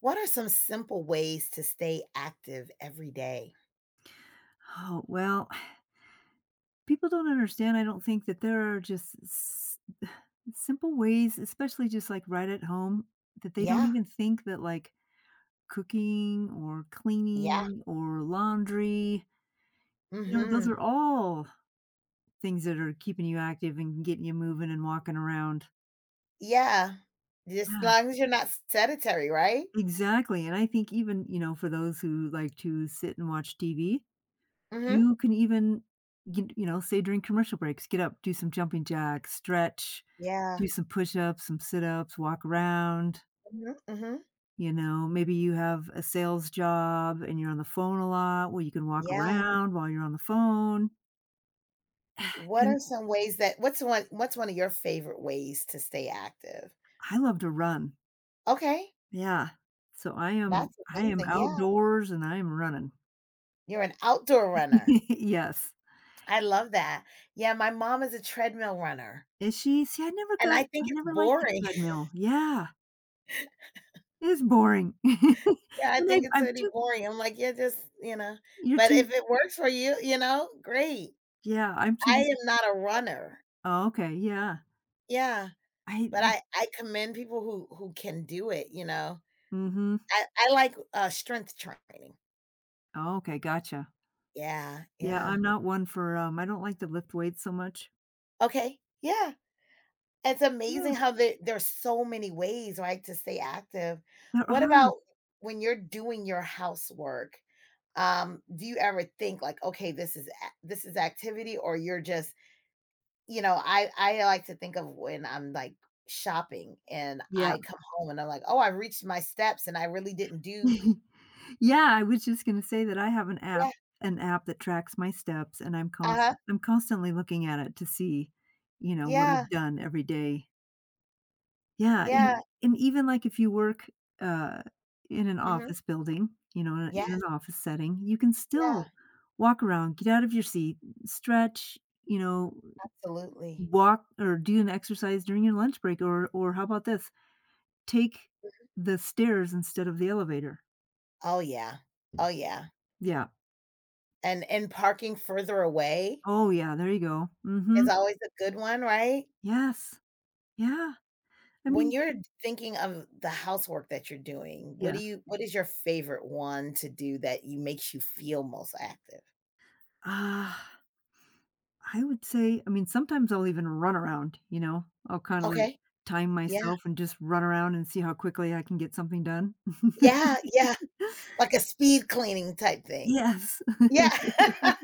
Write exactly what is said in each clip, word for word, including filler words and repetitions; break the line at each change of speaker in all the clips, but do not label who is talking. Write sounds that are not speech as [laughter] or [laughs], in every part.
What are some simple ways to stay active every day?
Oh, well, [sighs] people don't understand, I don't think, that there are just s [sighs] simple ways, especially just, like, right at home, that they don't
Yeah,
even think that, like, cooking or
yeah,
cleaning or laundry, you know, those are
mhm,
all things that are keeping you active and getting you moving and walking around.
yeah, just as
Yeah,
long as you're not sedentary, right?
exactly, and I think even, you know, for those who like to sit and watch T V,
Mhm,
you can even, you you know, say during commercial breaks, get up, do some jumping jacks, stretch,
yeah,
do some push-ups, some sit-ups, walk around,
mhm, mhm,
you know, maybe you have a sales job and you're on the phone a lot, well, you can walk
yeah.
around while you're on the phone. [sighs]
What
And
are some ways that what's one what's one of your favorite ways to stay active?
I love to run.
Okay,
Yeah. So I am
that's
I am
amazing, yeah,
outdoors and I am running.
you're an outdoor runner.
[laughs] Yes.
I love that. Yeah, my mom is a treadmill runner,
Is she? See, I never
and
got
I
I
think it's
never liked the
boring.
treadmill. Yeah. It's boring.
Yeah,
[laughs]
I
And I
think it's
I'm
really
too.
boring. I'm like, "Yeah, just," you know?
You're
But
too.
if it works for you, you know, great.
Yeah, I'm
I
too.
am not a runner.
Oh, okay, yeah.
Yeah,
I
but I I commend people who who can do it, you know?
Mhm.
I I like, uh, strength training.
Oh, okay, gotcha.
Yeah,
Yeah,
yeah.
I'm not one for, um, I don't like to lift weights so much.
Okay, yeah. It's
Yeah,
amazing how there there's so many ways, right, to stay active.
there
What
are.
about when you're doing your housework? Um, do you ever think like, "Okay, this is a this is activity," or you're just, you know, I I like to think of when I'm, like, shopping and
Yeah.
I come home and I'm like, "Oh, I reached my steps and I really didn't do."
[laughs] Yeah, I was just gonna say that I have an app
Yeah,
an app that tracks my steps, and I'm const
uh-huh,
I'm constantly looking at it to see, you know, what
yeah,
I've done every day. Yeah,
yeah,
and and even, like, if you work, uh, in an
mhm,
office building, you know, in in an
yes,
office setting, you can
yeah,
still walk around, get out of your seat, stretch, you know,
absolutely.
walk or do an exercise during your lunch break, or or how about this? Take the stairs instead of the elevator.
Oh, yeah, oh, yeah,
Yeah.
and and parking further away
Oh, yeah, there you go.
is
Mhm.
always a good one, right?
Yes. Yeah. I
When
mean
you're thinking of the housework that you're doing, what do
yes.
you what is your favorite one to do that you makes you feel most active?
Ah, I would say I mean, sometimes I'll even run around, you know? I'll kinda, like,
Okay,
time
yeah,
myself and just run around and see how quickly I can get something done. [laughs]
yeah, yeah. Like a speed cleaning type thing.
Yes.
Yeah.
[laughs]
[laughs]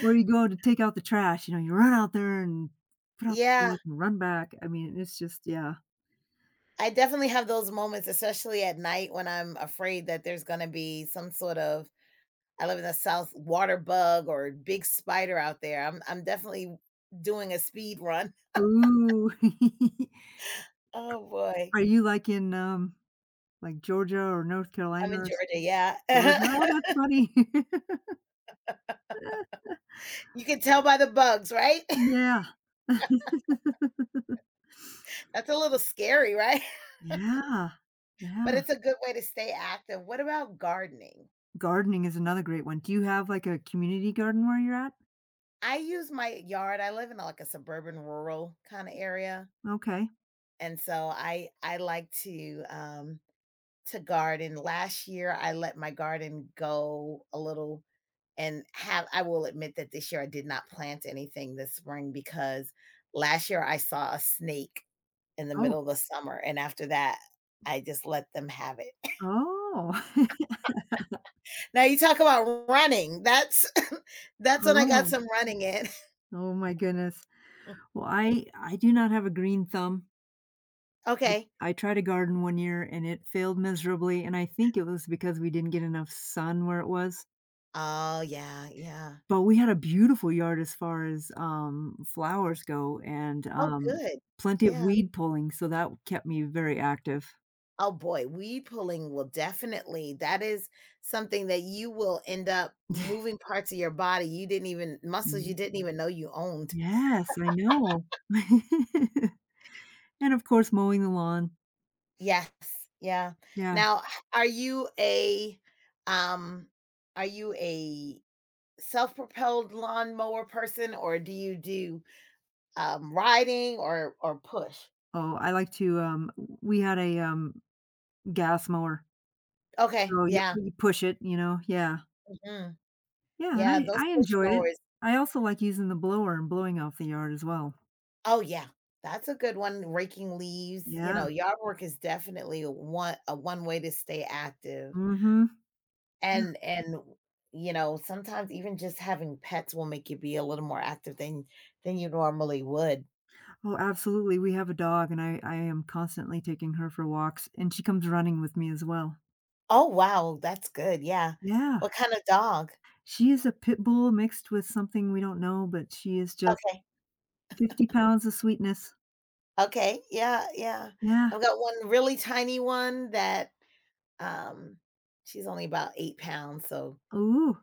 Or you go to take out the trash, you know, you run out there and put out the
Yeah,
trash and run back. I mean, it's just yeah.
I definitely have those moments, especially at night when I'm afraid that there's gonna be some sort of, I live in the South, water bug or big spider out there. I'm I'm definitely doing a speed run.
Ooh. [laughs]
Oh boy.
Are you like in, um like Georgia or North
I'm
Carolina
in
or s
Georgia, yeah.
Georgia? Oh,
[laughs]
that's funny. [laughs]
You can tell by the bugs, right?
Yeah. [laughs]
[laughs] That's a little scary, right? [laughs]
Yeah.
But
Yeah.
it's a good way to stay active. What about gardening?
Gardening is another great one. Do you have, like, a community garden where you're at?
I use my yard. I live in, like, a suburban rural kinda area.
Okay.
And so I I like to um to garden. Last year I let my garden go a little. And have I will admit that this year I did not plant anything this spring because last year I saw a snake in the
Oh.
middle of the summer, and after that I just let them have it. [laughs]
Oh. [laughs]
Now you talk about running. That's [coughs] [laughs] that's when I got
Oh.
some running in. [laughs]
Oh my goodness. Well, I I do not have a green thumb. I
Okay.
I tried to garden one year, and it failed miserably, and I think it was because we didn't get enough sun where it was.
Oh yeah, yeah.
But we had a beautiful yard as far as, um, flowers go and,
Oh
um,
good.
plenty of
Yeah.
weed pulling, so that kept me very active.
Oh boy, weed pulling will definitely, that is something that you will end up moving
[laughs]
parts of your body you didn't even, muscles you
Mm.
didn't even know you owned.
Yes, I know. [laughs] And of course, mowing the lawn.
Yes. Yeah.
Yeah.
Now, h- are you a um are you a self-propelled lawnmower person, or do you do, um riding or or push?
Oh, I like to, um we had a, um, gas mower.
Okay,
So you
yeah.
you push it, you know? Yeah.
Mhm.
Yeah, and
Yeah, those
I I
push
enjoy it.
mowers.
I also like using the blower and blowing off the yard as well.
Oh, yeah. That's a good one, raking leaves, you
Yeah.
know, yard work is definitely a one a one way to stay active,
Mhm.
and and, you know, sometimes even just having pets will make you be a little more active than than you normally would.
Oh, absolutely. We have a dog, and I I am constantly taking her for walks, and she comes running with me as well.
Oh, wow, that's good, yeah.
Yeah.
What kind of dog?
She is a pit bull mixed with something we don't know, but she is just
Okay,
fifty pounds of sweetness.
okay, yeah, yeah.
Yeah.
I've got one really tiny one that, um, she's only about eight pounds, so.
Ooh.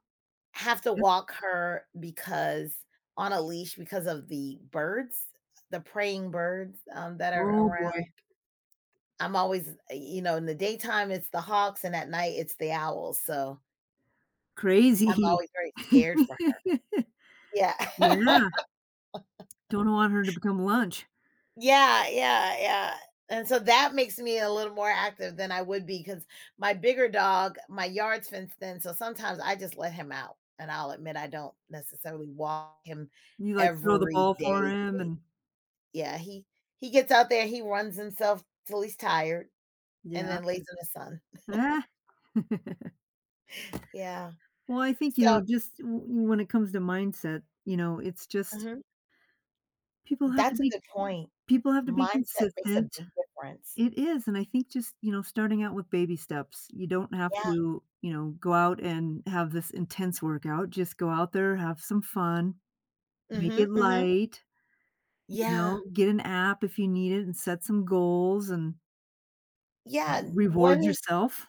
Have to
Yes.
walk her because on a leash, because of the birds, the praying birds, um, that are
Oh,
around.
boy.
I'm always uh, you know, in the daytime, it's the hawks, and at night, it's the owls, so. I'm
Crazy.
always very scared
[laughs]
for her. Yeah.
Yeah.
[laughs]
Don't want her to become lunch.
Yeah, yeah, yeah, and so that makes me a little more active than I would be because my bigger dog, my yard's fenced in, so sometimes I just let him out, and I'll admit I don't necessarily walk him
You, like, throw the
every
ball for
day.
him and
Yeah, he he gets out there, he runs himself till he's tired and
yeah.
then lays Mm. in the sun.
Ah. [laughs]
Yeah.
Well, I think, you
So,
know, just w when it comes to mindset, you know, it's just
mhm,
people have to
that's a
be.
good point.
People have to be
Mindset makes a
consistent.
big difference.
It is, and I think just, you know, starting out with baby steps. You don't have
Yeah.
to, you know, go out and have this intense workout. Just go out there, have some fun, make it
Mhm, mhm.
light, you
Yeah.
know, get an app if you need it and set some goals and
Yeah, and what
reward
is
yourself.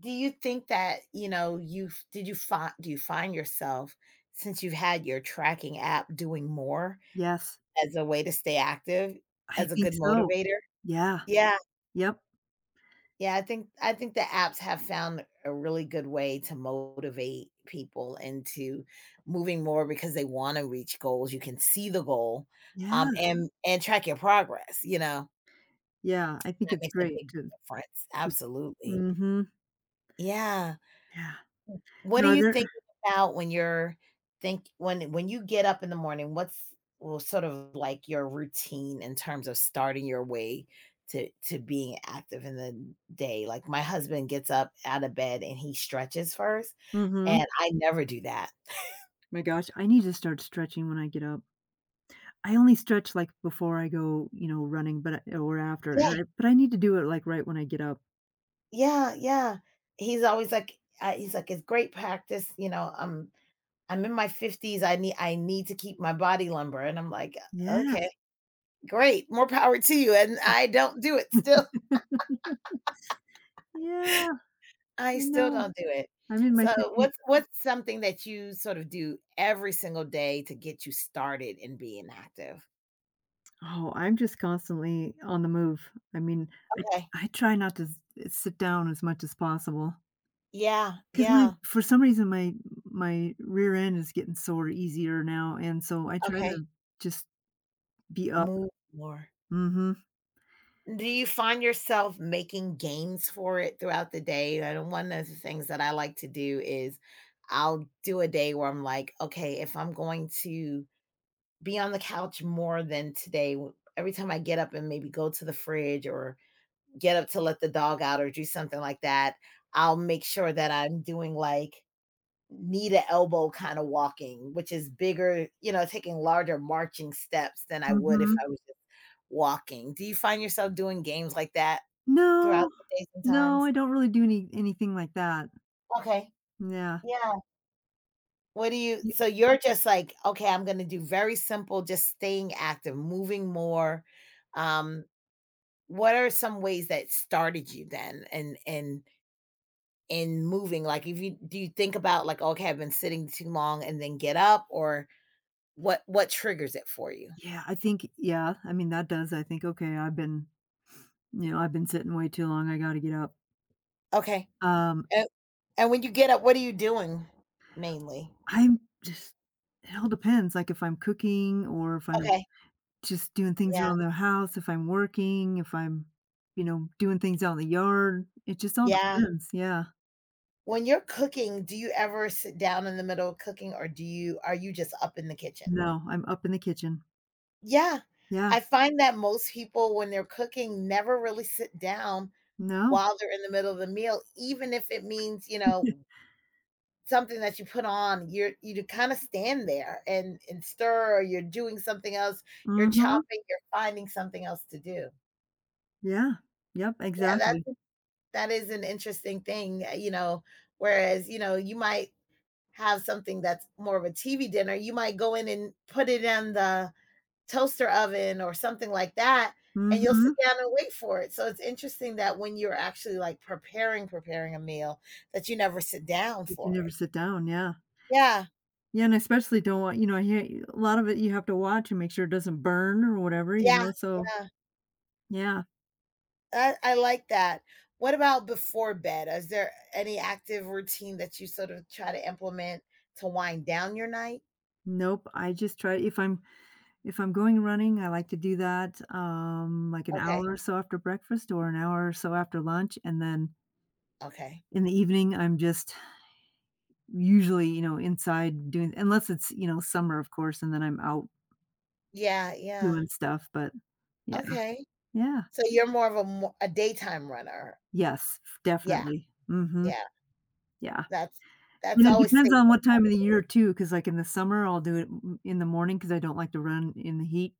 do you think that, you know, you've did you find do you find yourself since you've had your tracking app, doing more
Yes,
as a way to stay active,
I
as a
think
good
so.
motivator?
Yeah.
Yeah.
Yep.
Yeah, I think I think the apps have found a really good way to motivate people into moving more because they wanna reach goals, you can see the goal, um, Mhm.
Yeah.
and and track your progress, you know?
Yeah, I think
That
it's
makes a
great
big
to
difference,
to
absolutely.
Mhm.
Yeah.
Yeah.
What
Now
are
are
you
there.
thinking about when you're, think when when you get up in the morning, what's well, sort of like your routine in terms of starting your way to to being active in the day? Like my husband gets up out of bed and he stretches first, and
Mhm.
I never do that.
My gosh, I need to start stretching when I get up. I only stretch, like, before I go, you know, running, but I or after,
Yeah,
and I but I need to do it, like, right when I get up.
yeah, yeah. He's always like, uh, he's like, it's great practice. You know, I'm I'm in my fifties. I need I need to keep my body lumber, and I'm like, okay,
Yes.
great, more power to you. And I don't do it still.
[laughs] Yeah,
I
I
still
know.
don't do it.
I'm in my
So
fifties.
what's what's something that you sort of do every single day to get you started in being active?
Oh, I'm just constantly on the move. I mean, I
Okay.
I try not to s eh, sit down as much as possible
Yeah,
because my
yeah.
for some reason, my my rear end is getting sore easier now, and so I try
Okay.
to just be up.
Move more.
Mm. Mhm.
Do you find yourself making games for it throughout the day? I know one of the things that I like to do is, I'll do a day where I'm like, okay, if I'm going to be on the couch more than today, w- every time I get up and maybe go to the fridge or get up to let the dog out or do something like that, I'll make sure that I'm doing like knee to elbow kind of walking, which is bigger, you know, taking larger marching steps than I
Mm.
would if
Mhm.
I was just walking. Do you find yourself doing games like that throughout
No.
the day
No, I
sometimes?
don't really do any anything like that.
Okay.
Yeah.
Yeah. What do you so you're just like, okay, I'm gonna do very simple, just staying active, moving more. Um, what are some ways that started you then and and in moving? Like if you do you think about like, okay, I've been sitting too long and then get up, or what what triggers it for you?
Yeah, I think yeah, I mean, that does, I think, "Okay, I've been you know, I've been sitting way too long, I gotta get up."
Okay.
Um,
And, and when you get up, what are you doing mainly?
I'm just it all depends, like, if I'm cooking or if I'm
Okay.
just doing things
Yeah.
around the house, if I'm working, if I'm, you know, doing things out in the yard. It just all
Yeah.
depends, yeah.
When you're cooking, do you ever sit down in the middle of cooking, or do you are you just up in the kitchen?
No, I'm up in the kitchen.
Yeah.
Yeah,
I find that most people when they're cooking never really sit down
no.
while they're in the middle of the meal, even if it means, you know,
[laughs]
something that you put on, you're you kind of stand there and and stir, or you're doing something else, you're
Mhm,
chopping, you're finding something else to do,
yeah. Yep,
yeah,
exactly.
that's that is an interesting thing, uh, you know whereas, you know you might have something that's more of a tv dinner, you might go in and put it in the toaster oven or something like that, and you'll sit
Mhm,
down and wait for it. So it's interesting that when you're actually like preparing preparing a meal, that you never sit down
if you
for
never
it.
sit down, yeah.
Yeah,
Yeah, and I especially don't want, you know, I hear a lot of it, you have to watch and make sure it doesn't burn or whatever. Yeah. you
yeah,
know, so
yeah.
yeah.
I, I like that. What about before bed? Is there any active routine that you sort of try to implement to wind down your night?
Nope, I just try. If I'm if I'm going running, I like to do that, um, like an hour
Okay.
or so after breakfast or an hour or so after lunch, and then
Okay.
in the evening, I'm just usually, you know, inside doing unless it's, you know, summer, of course, and then I'm out
Yeah. Yeah.
doing stuff, but yeah.
Okay.
Yeah.
So you're more of a mo- a daytime runner.
Yes,
Yeah.
definitely. Mhm.
Yeah.
Yeah.
That's
And
that's
it
always
depends on
safer.
what time of the year too, because like, in the summer, I'll do it m in the morning because I don't like to run in the heat.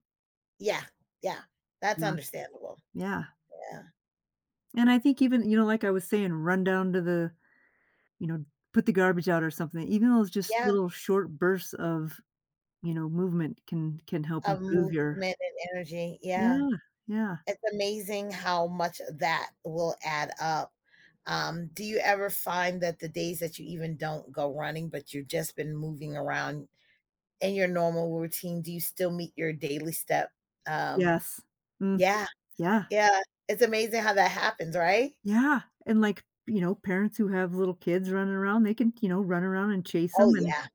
Yeah. Yeah. That's
Yeah,
understandable.
yeah,
Yeah.
and I think even, you know, like I was saying, run down, to the you know, put the garbage out or something. Even those just
Yeah.
little short bursts of, you know, movement can can help
Of
improve
movement
your.
and energy.
Yeah,
Yeah.
yeah.
It's amazing how much that will add up. Um, do you ever find that the days that you even don't go running, but you've just been moving around in your normal routine, do you still meet your daily step? Um,
Yes. Mm,
yeah,
yeah,
yeah. It's amazing how that happens, right?
yeah, and, like, you know, parents who have little kids running around, they can, you know, run around and chase
Oh,
them, and
yeah.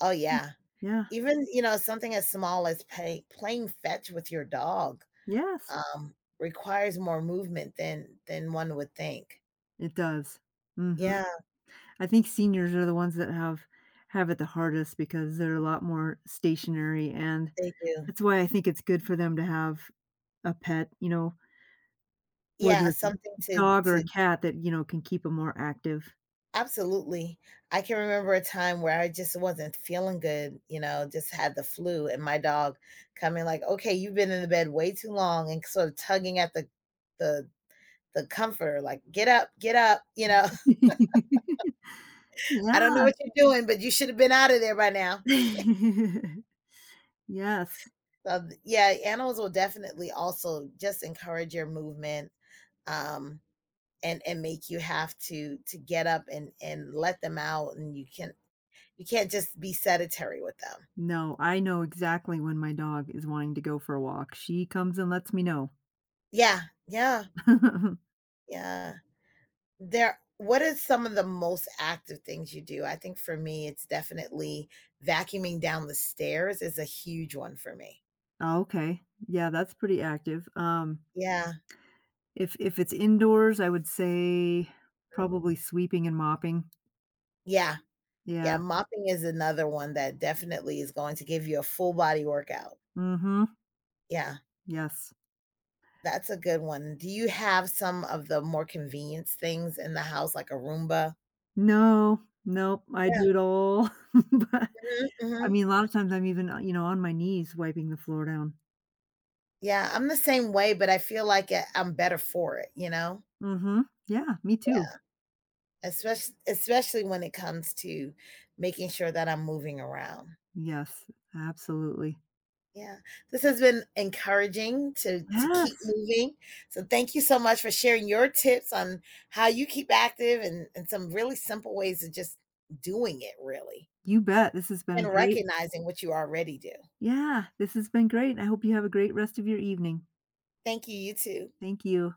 Oh,
mm,
yeah.
yeah.
Even, you know, something as small as pay, playing fetch with your dog,
Yes,
um, requires more movement than than one would think.
it does. Mhm.
Yeah,
I think seniors are the ones that have have it the hardest because they're a lot more stationary, and
they do.
that's why I think it's good for them to have a pet, you know, whether
Yeah,
it's a
something to
dog or a
to
cat that, you know, can keep them more active.
Absolutely. I can remember a time where I just wasn't feeling good, you know, just had the flu and my dog coming like, "Okay, you've been in the bed way too long," and sort of tugging at the the the comforter like, "Get up, get up," you know, [laughs]
[laughs]
"I don't know
Yeah.
what you're doing, but you should have been out of there by now."
[laughs] Yes.
So, th yeah, animals will definitely also just encourage your movement, um, and and make you have to to get up and and let them out, and you can you can't just be sedentary with them.
No, I know exactly when my dog is wanting to go for a walk. She comes and lets me know.
Yeah, yeah.
[laughs]
Yeah. There What are some of the most active things you do? I think for me, it's definitely vacuuming down the stairs is a huge one for me.
Oh, okay. Yeah, that's pretty active. Um,
Yeah.
if if it's indoors, I would say
Mhm.
probably sweeping and mopping.
Yeah. Yeah,
Yeah.
mopping is another one that definitely is going to give you a full body workout.
Mhm.
Yeah,
Yes.
that's a good one. Do you have some of the more convenience things in the house, like a Roomba?
No. Nope. I
Yeah.
do it all. [laughs] But
Mhm,
I
mhm.
mean, a lot of times I'm even, uh, you know, on my knees wiping the floor down.
Yeah, I'm the same way, but I feel like, eh, I'm better for it, you know?
Mhm. Yeah, me too.
especially especially when it comes to making sure that I'm moving around.
Yes, absolutely.
Yeah. This has been encouraging to to keep
Yes.
moving. So thank you so much for sharing your tips on how you keep active, and, and some really simple ways of just doing it, really,
You bet. This has been a
and
great.
recognizing what you already do.
Yeah, this has been great. I hope you have a great rest of your evening.
Thank you, you too.
Thank you.